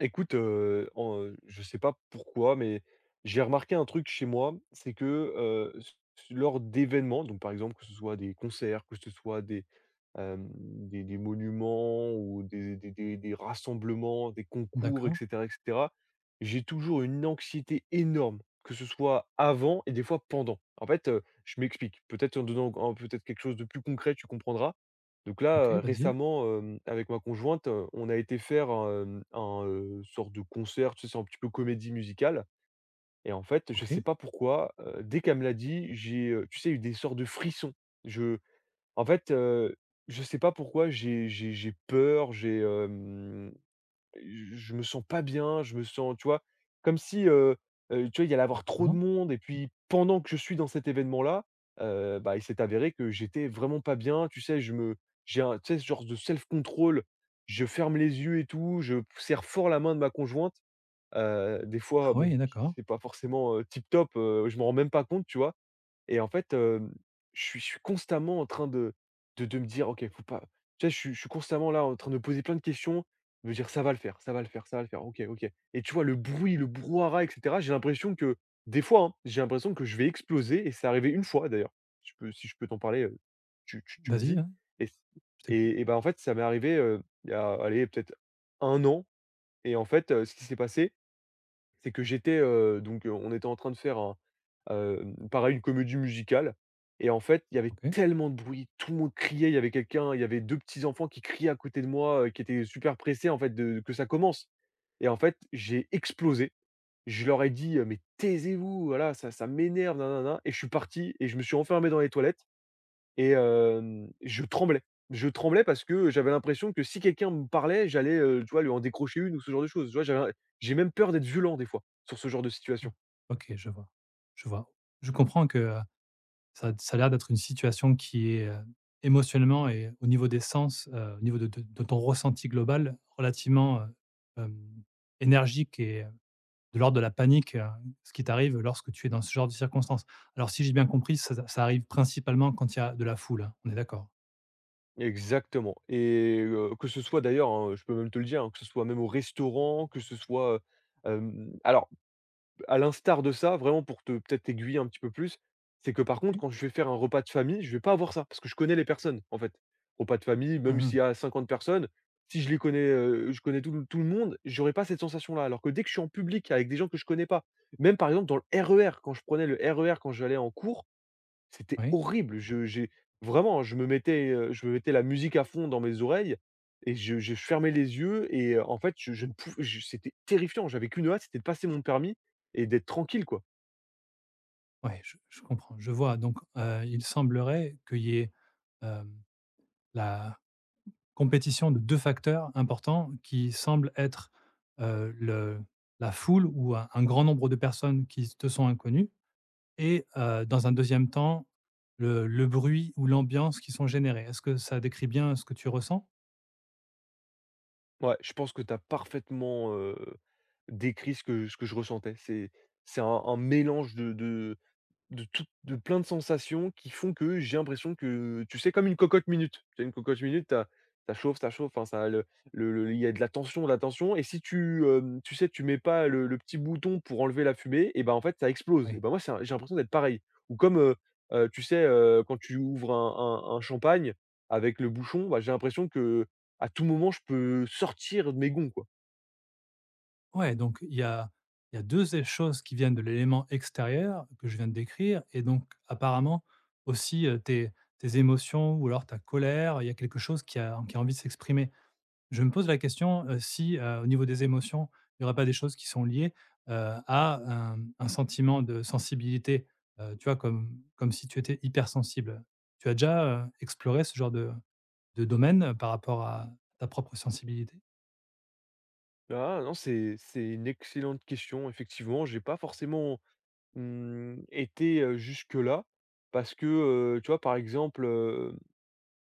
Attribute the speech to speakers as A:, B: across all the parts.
A: Écoute, je sais pas pourquoi, mais j'ai remarqué un truc chez moi, c'est que, s lors d'événements, donc par exemple, que ce soit des concerts, que ce soit des, des monuments ou des rassemblements, des concours
B: D'accord.
A: et cetera, j'ai toujours une anxiété énorme, que ce soit avant et des fois pendant. En fait, je m'explique, peut-être en donnant en peut-être quelque chose de plus concret, tu comprendras. Donc là,
B: OK, vas-y.
A: récemment, avec ma conjointe, on a été faire un, sorte de concert, tu sais, c'est un petit peu comédie musicale et en fait, je sais
B: OK,
A: pas pourquoi, dès qu'elle me l'a dit, j'ai, tu sais, eu des sortes de frissons. Je En fait, je sais pas pourquoi j'ai peur, j'ai, hem je me sens pas bien, je me sens, tu vois? Comme si, tu vois, il y allait avoir trop de
B: d'accord.
A: monde et puis pendant que je suis dans cet événement-là, bah, il s'est avéré que j'étais vraiment pas bien. Tu sais, je me j'ai un tu sais, ce genre de self control. Je ferme les yeux et tout, je serre fort la main de ma conjointe, des fois,
B: Ah
A: bon,
B: ouais,
A: qui
B: d'accord.
A: c'est pas forcément, tip top, je m'en rends même pas compte, tu vois? Et en fait, je suis constamment en train de de me dire: «OK, faut pas». Tu sais, je suis constamment là, en train de me poser plein de questions, de me dire: «Ça va le faire, ça va le faire, ça va le faire, OK, OK». Et tu vois, le bruit, le brouhaha et cetera, j'ai l'impression que des fois, hein, j'ai l'impression que je vais exploser et c'est arrivé une fois d'ailleurs. Je peux si je peux t'en parler, tu me
B: Vas-y,
A: dis.
B: hein,
A: et
B: je t'écoute.
A: et bah, en fait, ça m'est arrivé, il y a, allez, peut-être un an et en fait, ce qui s'est passé, c'est que j'étais, donc, on était en train de faire un, pareil, une comédie musicale et en fait, il y avait
B: OK. Ouais.
A: tellement de bruit, tout le monde criait, il y avait 2 petits enfants qui criaient à côté de moi, qui étaient super pressés, en fait, de que ça commence et en fait, j'ai explosé. Je leur ai dit, «Mais taisez-vous, voilà, ça m'énerve, nin nin nin» et je suis parti et je me suis enfermé dans les toilettes et je tremblais. Je tremblais parce que j'avais l'impression que si quelqu'un me parlait, j'allais, tu vois, lui en décrocher une ou ce genre de choses. Tu vois? J'ai même peur d'être violent des fois, sur ce genre de situation.
B: OK, je vois. Je vois. Je comprends que, ça ça a l'air d'être une situation qui est, émotionnellement et au niveau des sens, au niveau de de ton ressenti global relativement, hem, énergique et de l'ordre de la panique, ce qui t'arrive lorsque tu es dans ce genre de circonstances. Alors si j'ai bien compris, ça ça arrive principalement quand il y a de la foule, hein, on est d'accord?
A: Exactement et que ce soit d'ailleurs, hein, je peux même te le dire, hein, que ce soit même au restaurant, que ce soit, hem alors à l'instar de ça, vraiment pour te peut-être aiguiller un petit peu plus, c'est que par contre,
B: OK.
A: quand je vais faire un repas de famille, je vais pas avoir ça parce que je connais les personnes en fait. Repas de famille, même s'il
B: Mmh.
A: y a 50 personnes, si je les connais, je connais tout le monde, j'aurais pas cette sensation-là. Alors que dès que je suis en public avec des gens que je connais pas, même par exemple dans le RER, quand je prenais le RER quand j'allais en cours, c'était
B: Oui.
A: horrible. Je J'ai vraiment, je me mettais la musique à fond dans mes oreilles et je fermais les yeux et en fait, je ne pouvais je c'était terrifiant. J'avais qu'une hâte, c'était de passer mon permis et d'être tranquille, quoi.
B: Ouais, je comprends, je vois donc il semblerait qu'il y ait, hem, la compétition de 2 facteurs importants qui semblent être, le la foule ou un grand nombre de personnes qui te sont inconnues et dans un deuxième temps, le bruit ou l'ambiance qui sont générés. Est-ce que ça décrit bien ce que tu ressens?
A: Ouais, je pense que tu as parfaitement, décrit ce que je ressentais. C'est un mélange de tout de plein de sensations qui font que j'ai l'impression que, tu sais, comme une cocotte minute. Tu as une cocotte minute, t'as as ça chauffe, enfin, ça le il y a de la tension et si tu, tu sais, tu mets pas le petit bouton pour enlever la fumée et ben en fait, ça
B: Mmh.
A: explose et
B: Oui.
A: ben moi, c'est un j'ai l'impression d'être pareil ou comme, tu sais, quand tu ouvres un champagne avec le bouchon, bah, j'ai l'impression que à tout moment, je peux sortir de mes gonds, quoi.
B: Ouais, donc il y a 2 é choses qui viennent de l'élément extérieur que je viens de décrire et donc apparemment aussi, tes tes émotions ou alors ta colère, il y a quelque chose qui a envie de s'exprimer. Je me pose la question, si, au niveau des émotions, il y aurait pas des choses qui sont liées, heu, à un sentiment de sensibilité, tu vois? Comme si tu étais hypersensible. Tu as déjà, exploré ce genre de domaine, par rapport à ta propre sensibilité?
A: Ah non, c'est une excellente question, effectivement, j'ai pas forcément. Mmh, était, jusque-là parce que, tu vois, par exemple,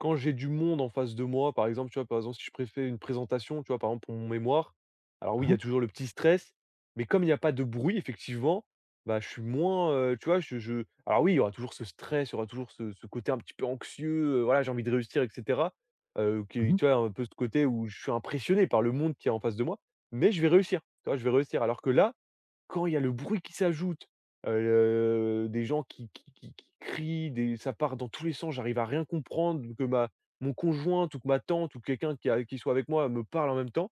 A: quand j'ai du monde en face de moi, par exemple, tu vois, par exemple, si je préfère une présentation, tu vois, par exemple, pour mon mémoire, alors oui,
B: Mmh
A: il y
B: mh.
A: a toujours le petit stress, mais comme il y a pas de bruit, effectivement, bah, je suis moins, tu vois, je alors oui, il y aura toujours ce stress, il y aura toujours ce côté un petit peu anxieux, voilà, j'ai envie de réussir et cetera, qui
B: Mmh.
A: tu vois, un peu ce côté où je suis impressionné par le monde qui est en face de moi, mais je vais réussir, tu vois? Je vais réussir alors que là quand il y a le bruit qui s'ajoute, des gens qui crient, des ça part dans tous les sens, j'arrive à rien comprendre, que ma mon conjoint ou que ma tante ou quelqu'un qui a qui soit avec moi me parle en même temps,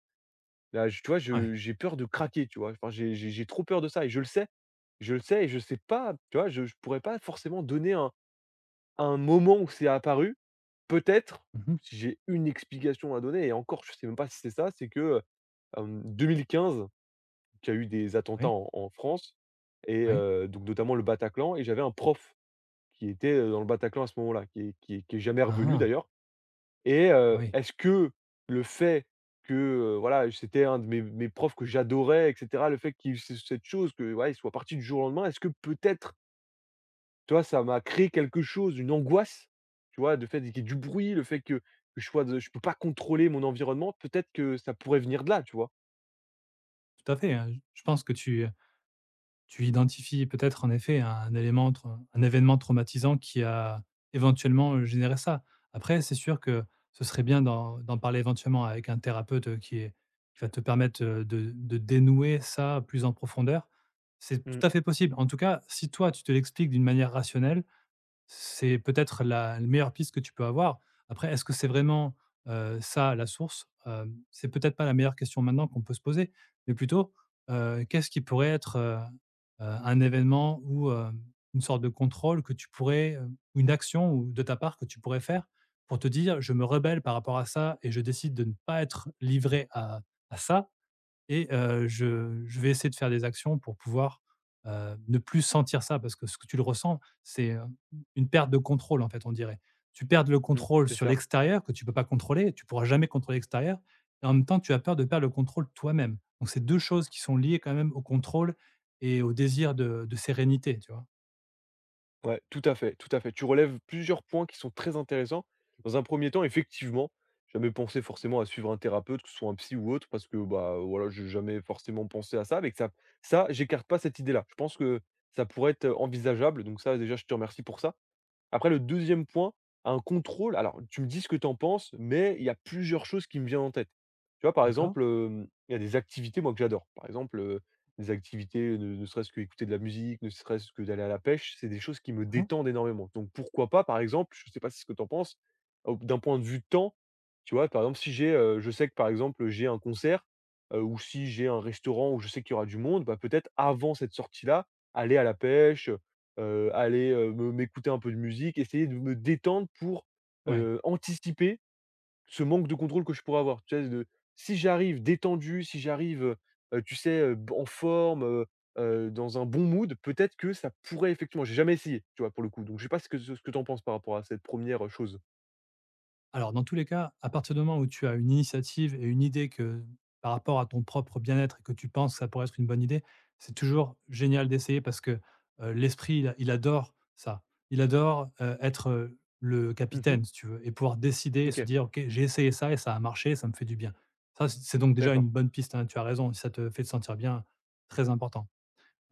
A: là, je tu vois,
B: Ouais.
A: je j'ai peur de craquer, tu vois? Enfin, j'ai trop peur de ça et je le sais. Je le sais et je sais pas, tu vois, je pourrais pas forcément donner un moment où c'est apparu. Peut-être,
B: Mmh.
A: si j'ai une explication à donner et encore, je sais même pas si c'est ça, c'est que, 2015 qu'il y a eu des attentats
B: Oui.
A: en France et
B: Oui.
A: donc notamment le Bataclan et j'avais un prof qui était, dans le Bataclan à ce moment-là, qui est jamais
B: Ah
A: revenu
B: ah!
A: d'ailleurs et
B: Oui,
A: est-ce que le fait que, voilà, c'était un de mes profs que j'adorais et cetera, le fait qu'il y ait eu ce cette chose que, voilà, il soit parti du jour au lendemain, est-ce que peut-être, tu vois, ça m'a créé quelque chose, une angoisse, tu vois? Le fait qu'il y ait du bruit, le fait que je peux pas contrôler mon environnement, peut-être que ça pourrait venir de là, tu vois?
B: tout à fait, hein. Je pense que tu identifies peut-être en effet un élément tra un événement traumatisant qui a éventuellement, généré ça. Après, c'est sûr que ce serait bien d'en parler éventuellement avec un thérapeute, qui va te permettre, de dénouer ça plus en profondeur. C'est
A: Mmh
B: tout à fait possible. En tout cas, si toi, tu te l'expliques d'une manière rationnelle, c'est peut-être la meilleure piste que tu peux avoir. Après, est-ce que c'est vraiment, ça la source? C'est peut-être pas la meilleure question maintenant qu'on peut se poser, mais plutôt, qu'est-ce qui pourrait être, un événement ou, une sorte de contrôle que tu pourrais, ou une action ou de ta part que tu pourrais faire pour te dire: «Je me rebelle par rapport à ça et je décide de ne pas être livré à ça» et je vais essayer de faire des actions pour pouvoir, ne plus sentir ça parce que ce que tu le ressens, c'est, une perte de contrôle, en fait, on dirait. Tu perds le
A: mh.
B: contrôle
A: C'est
B: sur
A: ça.
B: l'extérieur que tu ne peux pas contrôler, tu ne pourras jamais contrôler l'extérieur et en même temps, tu as peur de perdre le contrôle toi-même. Donc c'est deux choses qui sont liées quand même au contrôle et au désir de sérénité, tu vois?
A: Ouais, tout à fait, tout à fait. Tu relèves plusieurs points qui sont très intéressants. Dans un premier temps, effectivement, j'ai jamais pensé forcément à suivre un thérapeute, que ce soit un psy ou autre, parce que bah voilà, j'ai jamais forcément pensé à ça. Mais que ça, j'écarte pas cette idée-là. Je pense que ça pourrait être envisageable. Donc ça, déjà, je te remercie pour ça. Après le deuxième point, un contrôle alors tu me dis ce que tu en penses, mais il y a plusieurs choses qui me viennent en tête. Tu vois, par
B: D'accord.
A: exemple, il y a des activités, moi, que j'adore. Par exemple, des activités, ne serait-ce que écouter de la musique, ne serait-ce que d'aller à la pêche, c'est des choses qui me
B: Mmh.
A: détendent énormément. Donc pourquoi pas, par exemple, je ne sais pas si ce que tu en penses, au d'un point de vue temps, tu vois, par exemple, si j'ai, je sais que, par exemple, j'ai un concert, ou si j'ai un restaurant où je sais qu'il y aura du monde, bah, peut-être avant cette sortie-là, aller à la pêche, aller, me m'écouter un peu de musique, essayer de me détendre pour,
B: Ouais.
A: anticiper ce manque de contrôle que je pourrais avoir. Tu sais, de si j'arrive détendu, si j'arrive, tu sais, b en forme, dans un bon mood, peut-être que ça pourrait effectivement j'ai jamais essayé, tu vois, pour le coup, donc je sais pas ce que tu en penses par rapport à cette première chose?
B: Alors, dans tous les cas, à partir du moment où tu as une initiative et une idée que par rapport à ton propre bien-être et que tu penses que ça pourrait être une bonne idée, c'est toujours génial d'essayer parce que l'esprit, il, il adore ça. Il adore être le
A: Mmh.
B: capitaine, si tu veux, et pouvoir décider et se
A: OK,
B: dire, OK, j'ai essayé ça et ça a marché, ça me fait du bien. Ça, c'est donc déjà une
A: d'accord.
B: bonne piste, hein, tu as raison, si ça te fait te sentir bien, très important.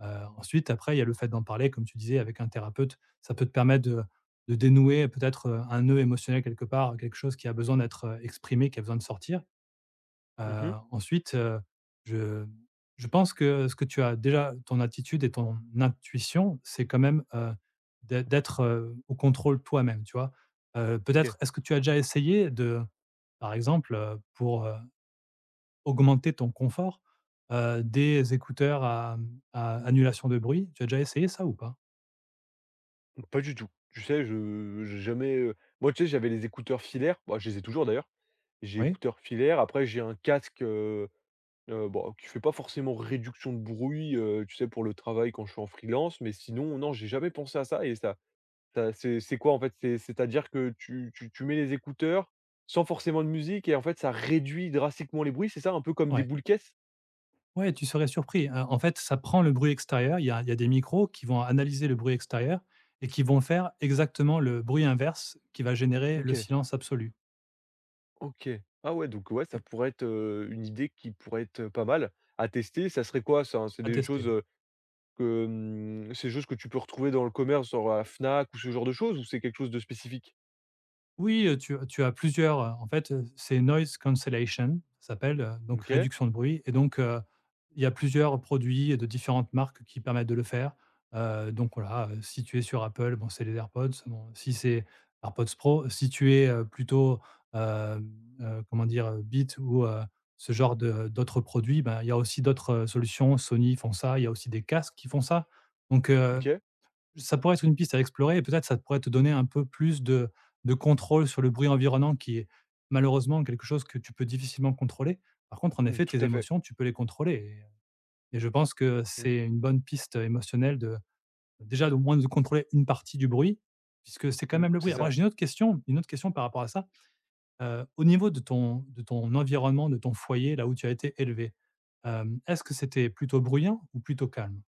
B: Heu, Ensuite, après, il y a le fait d'en parler, comme tu disais, avec un thérapeute. Ça peut te permettre de dénouer peut-être, un nœud émotionnel quelque part, quelque chose qui a besoin d'être, exprimé, qui a besoin de sortir. Heu,
A: Mmh.
B: ensuite, heu, je je pense que ce que tu as déjà ton attitude et ton intuition, c'est quand même, d'être, au contrôle toi-même, tu vois? Peut-être
A: OK.
B: est-ce que tu as déjà essayé de, par exemple, pour, augmenter ton confort, des écouteurs à, à annulation de bruit. Tu as déjà essayé ça ou pas?
A: Pas du tout. Tu sais, je j'ai jamais, moi, tu sais, j'avais les écouteurs filaires, bah, je les ai toujours d'ailleurs. J'ai
B: Oui?
A: écouteurs filaires, après j'ai un casque, bah, qui fait pas forcément réduction de bruit, tu sais, pour le travail quand je suis en freelance, mais sinon, non, j'ai jamais pensé à ça et ça c'est quoi, en fait? C'est c'est-à-dire que tu mets les écouteurs sans forcément de musique et en fait, ça réduit drastiquement les bruits, c'est ça? Un peu comme des
B: Ouais.
A: boules caisses?
B: Ouais, tu serais surpris, en fait, ça prend le bruit extérieur, il y a des micros qui vont analyser le bruit extérieur et qui vont faire exactement le bruit inverse qui va générer le
A: OK,
B: silence absolu
A: OK. Ah ouais, donc ouais, ça
B: et
A: pourrait être, une idée qui pourrait être, pas mal à tester. Ça serait quoi ça? C'est
B: à
A: des
B: tester,
A: choses,
B: hein.
A: que, mmh, c'est des choses que tu peux retrouver dans le commerce, genre à la Fnac ou ce genre de choses ou c'est quelque chose de spécifique?
B: Oui, tu as plusieurs, en fait, c'est noise cancellation, ça s'appelle, donc
A: OK,
B: réduction de bruit et donc il y a plusieurs produits de différentes marques qui permettent de le faire. Donc voilà, si tu es sur Apple, bon, c'est les AirPods, bon, si c'est AirPods Pro, si tu es, plutôt, hem, comment dire? Beats ou ce genre de d'autres produits, ben, il y a aussi d'autres, solutions. Sony font ça, il y a aussi des casques qui font ça. Donc
A: OK.
B: ça pourrait être une piste à explorer et peut-être ça pourrait te donner un peu plus de contrôle sur le bruit environnant qui est malheureusement quelque chose que tu peux difficilement contrôler. Par contre, en
A: Mmh,
B: effet,
A: tout
B: tes
A: à fait.
B: émotions, tu peux les contrôler et je pense que
A: Mmh.
B: c'est une bonne piste émotionnelle de déjà au moins de contrôler une partie du bruit, puisque c'est quand
A: Mmh,
B: même le
A: c'est
B: bruit. Après
A: ça.
B: j'ai une autre question par rapport à ça. Au niveau de ton environnement, de ton foyer, là où tu as été élevé, est-ce que c'était plutôt bruyant ou plutôt calme?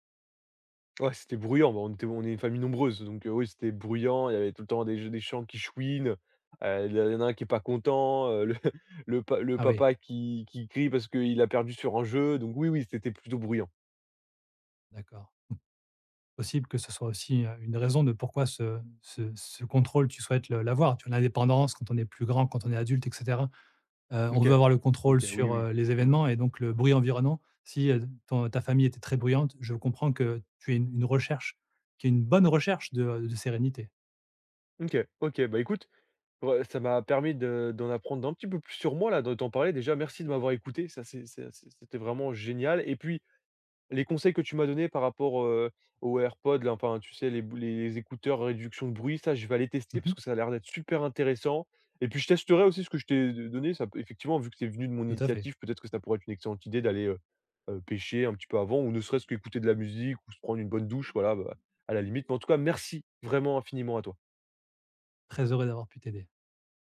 A: Ouais, c'était bruyant, bah, on est une famille nombreuse, donc oui, c'était bruyant, il y avait tout le temps des chants qui chouinent, il y en a un qui est pas content, le le
B: Ah oui,
A: papa qui crie parce qu'il a perdu sur un jeu, donc oui, oui, c'était plutôt bruyant.
B: d'accord. Possible que ce soit aussi, une raison de pourquoi ce ce contrôle tu souhaites le l'avoir. Tu as l'indépendance quand on est plus grand, quand on est adulte et cetera, on
A: OK.
B: veut avoir le contrôle
A: OK, oui,
B: sur,
A: oui.
B: les
A: Mmh.
B: événements et donc le bruit environnant. Si, ton ta famille était très bruyante, je comprends que tu aies une recherche qui est une bonne recherche de sérénité.
A: OK, OK, bah, écoute, ouais, ça m'a permis de d'en apprendre un petit peu plus sur moi, là, de t'en parler. Déjà, merci de m'avoir écouté, ça c'est c'était vraiment génial et puis les conseils que tu m'as donnés par rapport, aux AirPods là, enfin tu sais les écouteurs à réduction de bruit, ça je vais aller tester
B: Mmh.
A: parce que ça a l'air d'être super intéressant et puis je testerai aussi ce que je t'ai d donné, ça peut effectivement vu que c'est venu de mon
B: Tout à fait.
A: initiative, peut-être que ça pourrait être une excellente idée d'aller, pêcher un petit peu avant ou ne serait-ce qu'écouter de la musique ou se prendre une bonne douche, voilà, bah, à la limite. Mais en tout cas merci vraiment infiniment à toi.
B: Très heureux d'avoir pu t'aider.